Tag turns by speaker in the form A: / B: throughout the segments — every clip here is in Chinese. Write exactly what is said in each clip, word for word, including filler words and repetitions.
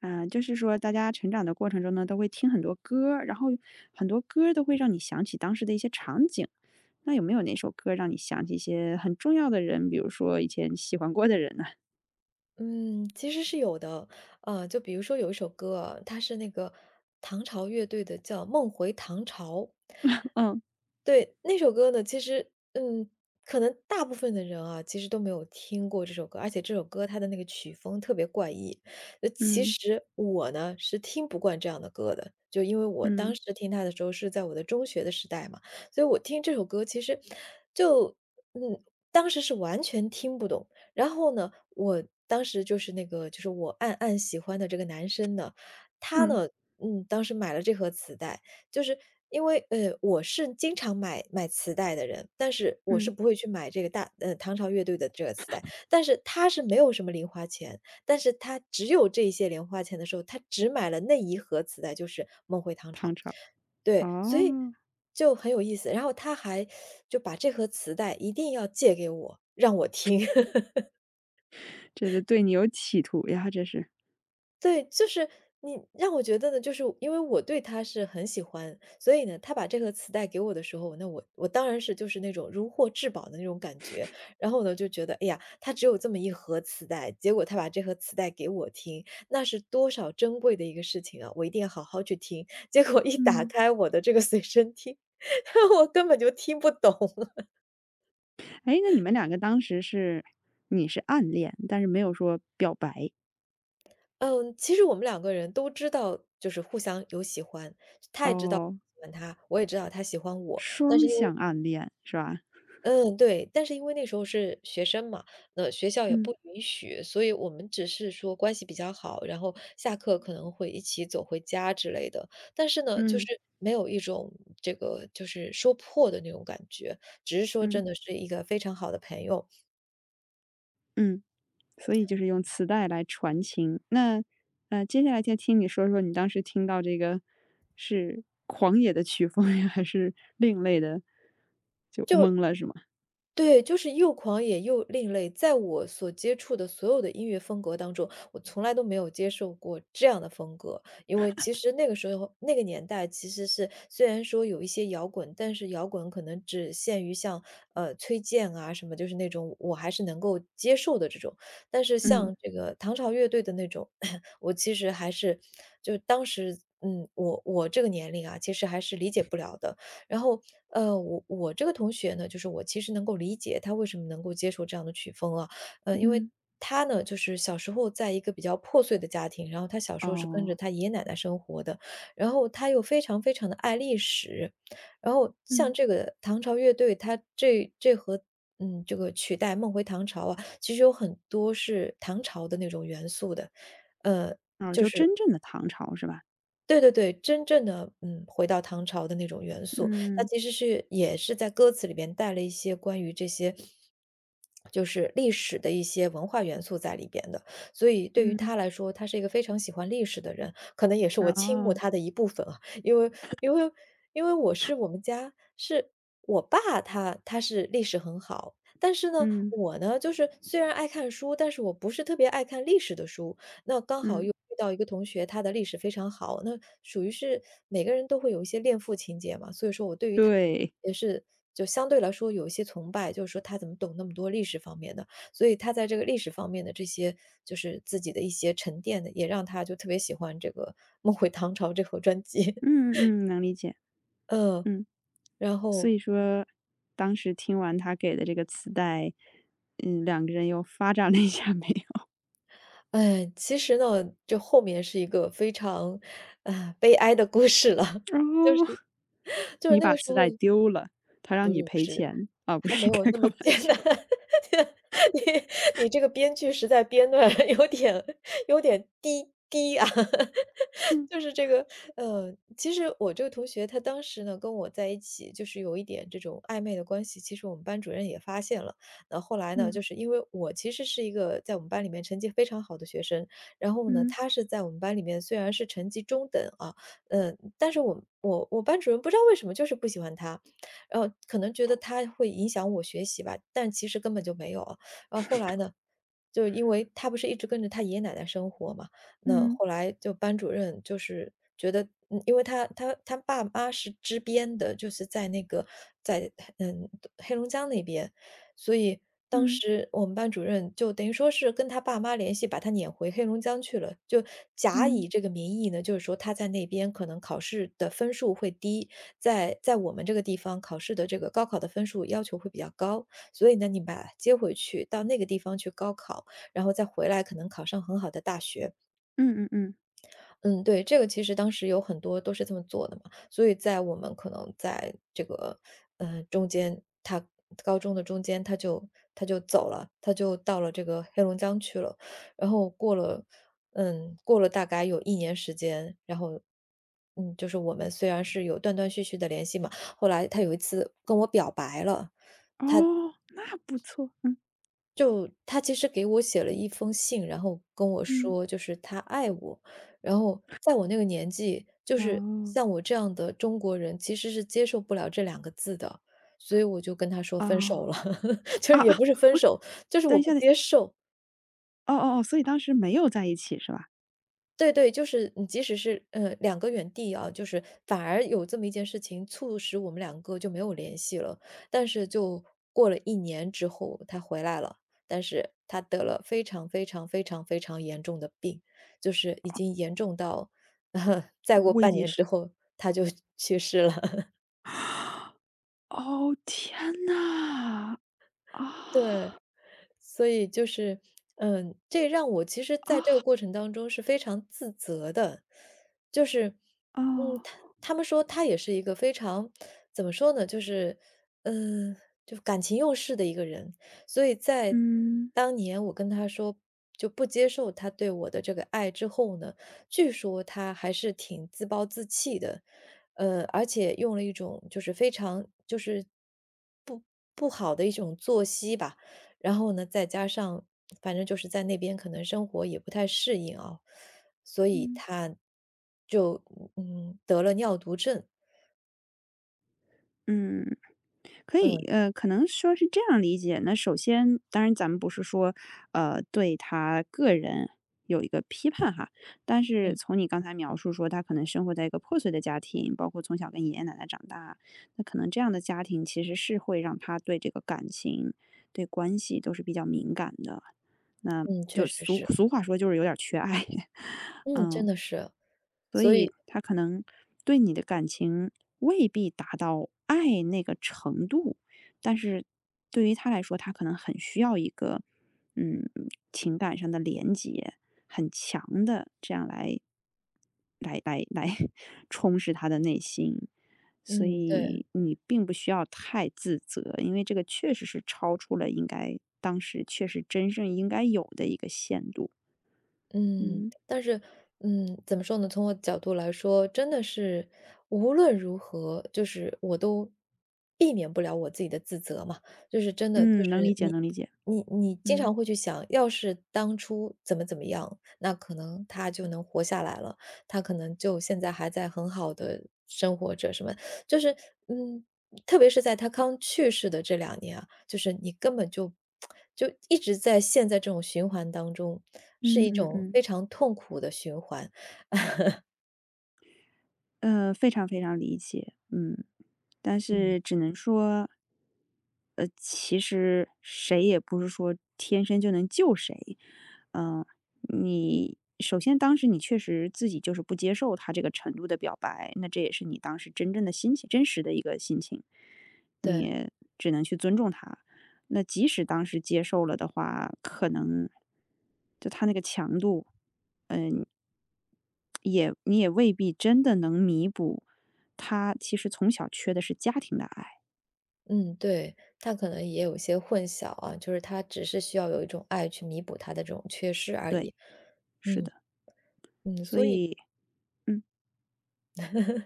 A: 嗯，呃就是说，大家成长的过程中呢，都会听很多歌儿，然后很多歌儿都会让你想起当时的一些场景。那有没有哪首歌让你想起一些很重要的人，比如说以前喜欢过的人呢？
B: 嗯，其实是有的，呃，就比如说有一首歌啊它是那个唐朝乐队的，叫《梦回唐朝》。
A: 嗯
B: 对，那首歌呢，其实，嗯，可能大部分的人啊，其实都没有听过这首歌，而且这首歌它的那个曲风特别怪异。呃，其
A: 嗯
B: 实我呢，是听不惯这样的歌的，就因为我当
A: 嗯
B: 时听它的时候是在我的中学的时代嘛，所以我听这首歌其实就，嗯，当时是完全听不懂。然后呢，我当时就是那个，就是我暗暗喜欢的这个男生呢，他
A: 嗯
B: 呢，嗯，当时买了这盒磁带。就是因为，呃，我是经常买买磁带的人，但是我是
A: 嗯，
B: 不会去买这个大呃，唐朝乐队的这个磁带，但是他是没有什么零花钱，但是他只有这些零花钱的时候，他只买了那一盒磁带，就是《梦回唐朝》。
A: 唐朝。
B: 对，所以
A: 哦，
B: 就很有意思，然后他还就把这盒磁带一定要借给我，让我听。
A: 这是对你有企图呀，这是。
B: 对，就是你让我觉得呢，就是因为我对他是很喜欢，所以呢，他把这个磁带给我的时候，那我我当然是就是那种如获至宝的那种感觉。然后呢，就觉得哎呀，他只有这么一盒磁带，结果他把这盒磁带给我听，那是多少珍贵的一个事情啊！我一定要好好去听。结果一打
A: 嗯，
B: 开我的这个随身听，我根本就听不懂。
A: 哎，那你们两个当时是你是暗恋，但是没有说表白。
B: 嗯，其实我们两个人都知道，就是互相有喜欢，他也知道我
A: 哦，
B: 喜欢他，我也知道他喜欢我。但
A: 双
B: 是因为
A: 向暗恋是吧？
B: 嗯，对，但是因为那时候是学生嘛，那学校也
A: 嗯
B: 不允许，所以我们只是说关系比较好，然后下课可能会一起走回家之类的。但是呢，就
A: 嗯
B: 是没有一种这个就是说破的那种感觉，只是说真
A: 嗯
B: 的是一个非常好的朋友。
A: 嗯。所以就是用磁带来传情。那，呃，接下来就听你说说你当时听到这个是狂野的曲风呀，还是另类的，就懵了是吗？
B: 对，就是又狂野又另类，在我所接触的所有的音乐风格当中，我从来都没有接受过这样的风格。因为其实那个时候，那个年代其实是虽然说有一些摇滚，但是摇滚可能只限于像呃崔健啊什么，就是那种我还是能够接受的这种。但是
A: 嗯
B: 像这个唐朝乐队的那种，我其实还是就当时。嗯，我我这个年龄啊，其实还是理解不了的。然后，呃，我我这个同学呢，就是我其实能够理解他为什么能够接受这样的曲风啊，呃，因为
A: 嗯
B: 他呢，就是小时候在一个比较破碎的家庭，然后他小时候是跟
A: 哦，
B: 着他爷爷奶奶生活的，然后他又非常非常的爱历史，然后像
A: 嗯
B: 这个唐朝乐队，它这这和嗯，这个曲带《梦回唐朝》啊，其实有很多是唐朝的那种元素的，呃
A: 哦，就真正的唐朝是吧？
B: 对对对，真正的，嗯，回到唐朝的那种元素，它
A: 嗯
B: 其实是也是在歌词里边带了一些关于这些就是历史的一些文化元素在里边的。所以对于
A: 嗯
B: 他来说，他是一个非常喜欢历史的人，可能也是我倾慕
A: 哦，
B: 他的一部分啊。因为因为因为我是我们家是我爸他他是历史很好，但是呢，
A: 嗯
B: 我呢，就是虽然爱看书，但是我不是特别爱看历史的书。那刚好
A: 嗯
B: 又遇到一个同学，他的历史非常好，那属于是每个人都会有一些恋父情节嘛，所以说我对于他
A: 对，
B: 也是就相对来说有一些崇拜，就是说他怎么懂那么多历史方面的，所以他在这个历史方面的这些就是自己的一些沉淀的，也让他就特别喜欢这个《梦回唐朝》这盒专辑，
A: 嗯嗯，能理解，
B: 嗯，
A: 嗯。
B: 然
A: 所
B: 后。
A: 以说，当时听完他给的这个磁带，嗯，两个人又发展了一下没有？
B: 哎，其实呢，这后面是一个非常，啊、悲哀的故事了，就
A: 哦，
B: 是，就是
A: 你
B: 那
A: 把
B: 个时
A: 磁
B: 候
A: 带丢了，他让你赔钱。啊，不
B: 还没
A: 是
B: 有
A: 开
B: 那
A: 个
B: 么
A: 玩
B: 艰
A: 笑。
B: 难，你你这个编剧实在编的 有点有点低低啊。
A: 嗯
B: 就是这个，呃，其实我这个同学他当时呢跟我在一起，就是有一点这种暧昧的关系。其实我们班主任也发现了，那后来呢，
A: 嗯
B: 就是因为我其实是一个在我们班里面成绩非常好的学生，然后呢，
A: 嗯
B: 他是在我们班里面虽然是成绩中等啊，嗯、但是我我我班主任不知道为什么就是不喜欢他，然后可能觉得他会影响我学习吧，但其实根本就没有啊。然后后来呢，就因为他不是一直跟着他爷爷奶奶生活嘛。那
A: 嗯
B: 后来就班主任就是觉得嗯，因为他他他爸妈是支边的，就是在那个在嗯黑龙江那边，所以当
A: 嗯
B: 时我们班主任就等于说是跟他爸妈联系，把他撵回黑龙江去了，就假
A: 嗯
B: 以这个名义呢，就是说他在那边可能考试的分数会低，在在我们这个地方考试的这个高考的分数要求会比较高，所以呢，你把他接回去到那个地方去高考，然后再回来可能考上很好的大学。
A: 嗯嗯嗯，
B: 嗯，对，这个其实当时有很多都是这么做的嘛，所以在我们可能在这个，嗯，中间，他高中的中间他就他就走了，他就到了这个黑龙江去了。然后过了，嗯，过了大概有一年时间，然后，嗯，就是我们虽然是有断断续续的联系嘛，后来他有一次跟我表白了。
A: 哦，那不错。嗯
B: 就他其实给我写了一封信，然后跟我
A: 嗯，
B: 说就是他爱我，然后在我那个年纪，就是
A: 哦
B: 像我这样的中国人其实是接受不了这两个字的，所以我就跟他说分手
A: 哦，
B: 了，就是
A: 啊啊，
B: 也不是分手，就是
A: 等
B: 我
A: 一
B: 不
A: 下，等
B: 接受。
A: 哦哦哦，所以当时没有在一起是吧？
B: 对对，就是你即使是，呃，两个远地啊，就是反而有这么一件事情促使我们两个就没有联系了。但是就过了一年之后，他回来了，但是他得了非常非常非常非常严重的病，就是已经严重到 再过
A: 危
B: 半
A: 机
B: 年
A: 是
B: 之后他就去世了。
A: 哦，天呐，
B: 对，
A: 啊，
B: 所以就是，嗯，这让我其实在这个过程当中是非常自责的，就是，嗯，
A: 哦，
B: 他他们说他也是一个非常怎么说呢，就是，嗯，就感情用事的一个人，所以在
A: 嗯
B: 当年我跟他说就不接受他对我的这个爱之后呢，据说他还是挺自暴自弃的，呃，而且用了一种就是非常就是不不好的一种作息吧，然后呢，再加上反正就是在那边可能生活也不太适应啊，所以
A: 嗯。
B: 他就嗯得了尿毒症，
A: 嗯，可以，
B: 嗯
A: 呃，可能说是这样理解。那首先，当然咱们不是说，呃，对他个人有一个批判哈，但是
B: 嗯
A: 从你刚才描述说，他可能生活在一个破碎的家庭，包括从小跟爷爷奶奶长大，那可能这样的家庭其实是会让他对这个感情、对关系都是比较敏感的。那
B: 嗯，
A: 就
B: 确实
A: 俗
B: 是，
A: 俗话说，就是有点儿缺爱。
B: 嗯，真
A: 嗯，
B: 的是，
A: 所
B: 所
A: 以
B: 以
A: 他可能对你的感情未必达到爱那个程度，但是对于他来说，他可能很需要一个，嗯，情感上的连接很强的，这样来，来来来 充实他的内心。所
B: 嗯对。
A: 以你并不需要太自责，因为这个确实是超出了应该当时确实真正应该有的一个限度。
B: 嗯，
A: 嗯
B: 但是，嗯，怎么说呢？从我角度来说，真的是无论如何，就是我都避免不了我自己的自责嘛。就是真的，就
A: 嗯，能理
B: 是
A: 解，
B: 你，
A: 能理解。
B: 你，你经
A: 嗯。
B: 常会去想，要是当初怎么怎么样，那可能他就能活下来了，他可能就现在还在很好的生活着什么。就是，嗯，特别是在他刚去世的这两年啊，就是你根本就就一直在陷在这种循环当中，是
A: 嗯
B: 一
A: 嗯
B: 种
A: 嗯，
B: 非常痛苦的循环。
A: 呃，非常非常理解，嗯，但
B: 嗯，
A: 是只能说，呃，其实谁也不是说天生就能救谁，嗯、你首先当时你确实自己就是不接受他这个程度的表白，那这也是你当时真正的心情，真实的一个心情，
B: 对。
A: 你只能去尊重他。那即使当时接受了的话，可能就他那个强度。嗯。也你也未必真的能弥补，他其实从小缺的是家庭的爱。
B: 嗯，对，他可能也有一些混淆啊，就是他只是需要有一种爱去弥补他的这种缺失而
A: 对，
B: 已。
A: 是
B: 嗯，
A: 的，所以嗯，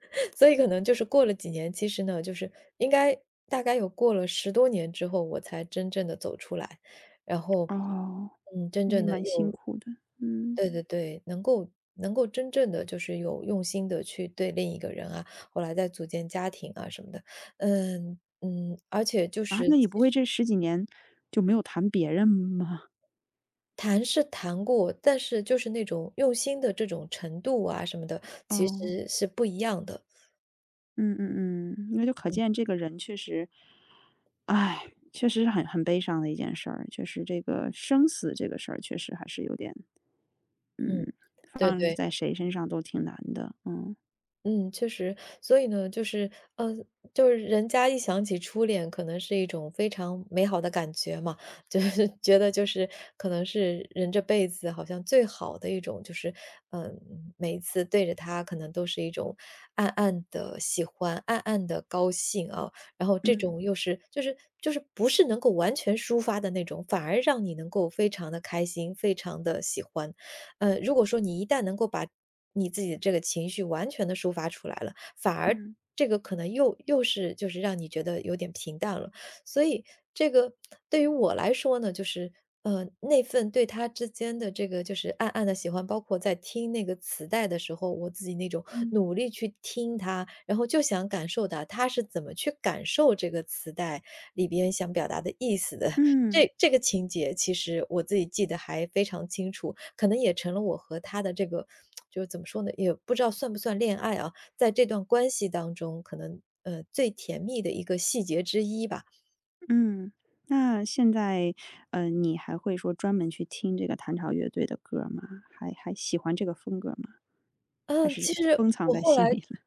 B: 所以可能就是过了几年，其实呢，就是应该大概有过了十多年之后，我才真正的走出来。然后，
A: 哦，
B: 嗯，真
A: 那也
B: 正的
A: 蛮辛
B: 又
A: 苦的，嗯。
B: 对对对，能够能够真正的就是有用心的去对另一个人啊，后来再组建家庭啊什么的。嗯嗯，而且就
A: 啊，
B: 是
A: 那你
B: 其
A: 不
B: 实
A: 会这十几年就没有谈别人吗？
B: 谈是谈过，但是就是那种用心的这种程度啊什么的，其
A: 哦，
B: 实是不一样的。
A: 嗯嗯嗯，那就可
B: 嗯
A: 见这个人确实，哎，确实是很很悲伤的一件事儿，确实这个生死这个事儿确实还是有点
B: 嗯，
A: 嗯，
B: 对
A: 放
B: 对。
A: 在谁身上都挺难的，嗯，
B: 嗯，确实。所以呢，就是，呃，就是人家一想起初恋，可能是一种非常美好的感觉嘛，就是 觉得就是可能是人这辈子好像最好的一种，就是，嗯，每一次对着他，可能都是一种暗暗的喜欢，暗暗的高兴啊。然后这
A: 嗯，
B: 种又是就是就是不是能够完全抒发的那种，反而让你能够非常的开心，非常的喜欢。呃，如果说你一旦能够把你自己的这个情绪完全的抒发出来了，反而
A: 嗯，
B: 这个可能又又是就是让你觉得有点平淡了。所以这个对于我来说呢，就是，呃，那份对他之间的这个就是暗暗的喜欢，包括在听那个磁带的时候，我自己那种
A: 嗯。
B: 努力去听它，然后就想感受到他是怎么去感受这个磁带里边想表达的意思的。
A: 嗯
B: 这这个情节其实我自己记得还非常清楚，可能也成了我和他的这个就是怎么说呢，也不知道算不算恋爱啊，在这段关系当中，可能，呃，最甜蜜的一个细节之一吧。
A: 嗯，那现在，呃，你还会说专门去听这个唐朝乐队的歌吗？还还喜欢这个风格吗？还
B: 嗯，
A: 是
B: 其实
A: 封藏
B: 我
A: 在
B: 后
A: 心
B: 来
A: 里了？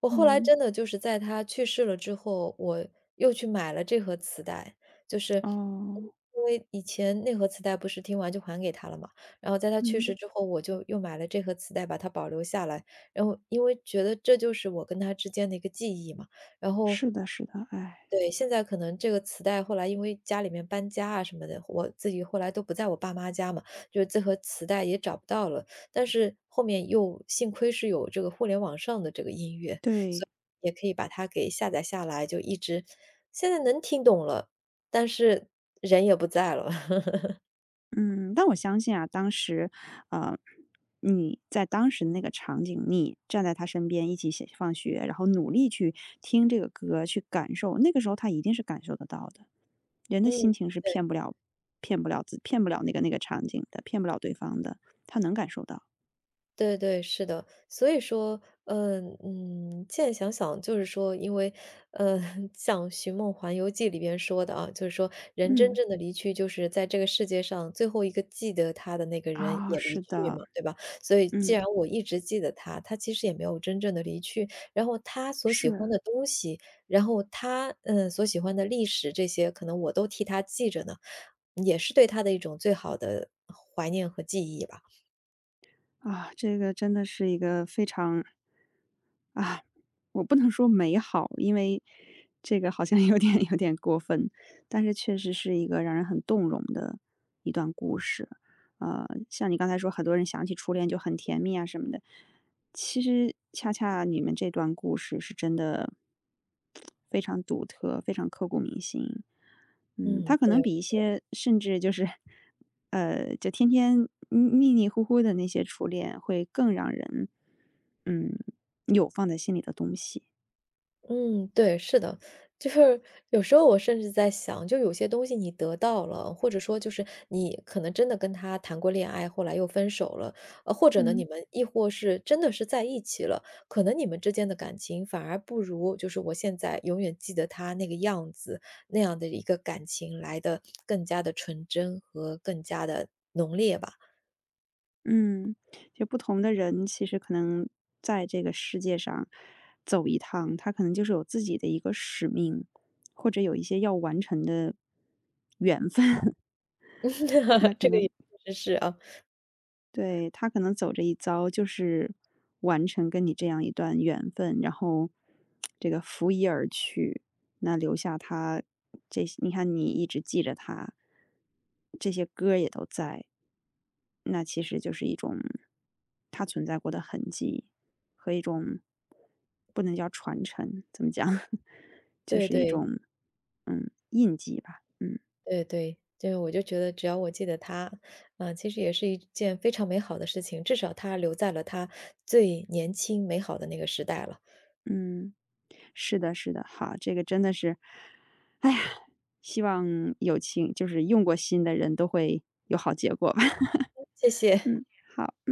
B: 我后来
A: 嗯，
B: 真的就是在他去世了之后，我又去买了这盒磁带，就是嗯
A: 哦，
B: 因为以前那盒磁带不是听完就还给他了嘛，然后在他去世
A: 嗯，
B: 之后，我就又买了这盒磁带，把它保留下来。然后因为觉得这就是我跟他之间的一个记忆嘛，然后
A: 是的，是的，哎，
B: 对，现在可能这个磁带后来因为家里面搬家啊什么的，我自己后来都不在我爸妈家嘛，就是这盒磁带也找不到了。但是后面又幸亏是有这个互联网上的这个音乐，
A: 对，
B: 也可以把它给下载下来，就一直现在能听懂了，但是人也不在了。
A: 嗯，但我相信啊，当时，呃，你在当时的那个场景，你站在他身边一起写放学，然后努力去听这个歌，去感受，那个时候他一定是感受得到的。人的
B: 嗯，
A: 心情是
B: 对。
A: 骗不了、骗不了自、骗不了那个那个场景的，骗不了对方的，他能感受到。
B: 对对，是的。所以说，嗯嗯，现在想想就是说，因为，呃，像《寻梦环游记》里边说的啊，就是说人真
A: 嗯，
B: 正的离去，就是在这个世界上最后一个记得他的那个人
A: 啊、
B: 也离
A: 是
B: 去
A: 的，
B: 嘛，对吧？所以既
A: 嗯，
B: 然我一直记得他，他其实也没有真正的离去。然后他所喜
A: 是。
B: 欢的东西，然后他，嗯，所喜欢的历史这些，可能我都替他记着呢，也是对他的一种最好的怀念和记忆吧。
A: 啊，这个真的是一个非常啊，我不能说美好，因为这个好像有点有点过分，但是确实是一个让人很动容的一段故事。呃，像你刚才说，很多人想起初恋就很甜蜜啊什么的，其实恰恰你们这段故事是真的非常独特，非常刻骨铭心。嗯，他
B: 嗯，
A: 可能
B: 对。
A: 比一些甚至就是，呃，就天天腻腻糊糊的那些初恋会更让人，嗯，有放在心里的东西。
B: 嗯，对，是的，就是有时候我甚至在想，就有些东西你得到了，或者说就是你可能真的跟他谈过恋爱，后来又分手了，呃，或者呢，你
A: 嗯，
B: 们亦或是真的是在一起了，可能你们之间的感情反而不如就是我现在永远记得他那个样子那样的一个感情来的更加的纯真和更加的浓烈吧，
A: 嗯，就不同的人其实可能在这个世界上走一趟，他可能就是有自己的一个使命，或者有一些要完成的缘分，那 可
B: 这个
A: 能
B: 也确实是啊，
A: 对，他可能走这一遭就是完成跟你这样一段缘分，然后这个拂衣而去，那留下他这些，你看你一直记着他，这些歌也都在，那其实就是一种他存在过的痕迹和一种不能叫传承，怎么讲，就
B: 对
A: 是一
B: 对。
A: 种嗯印记吧，嗯
B: 对对，就是我就觉得只要我记得他，啊，其实也是一件非常美好的事情，至少他留在了他最年轻美好的那个时代了。
A: 嗯。是的，是的，好，这个真的是，哎呀，希望有情就是用过心的人都会有好结果吧。
B: 谢谢。
A: 嗯，好，嗯。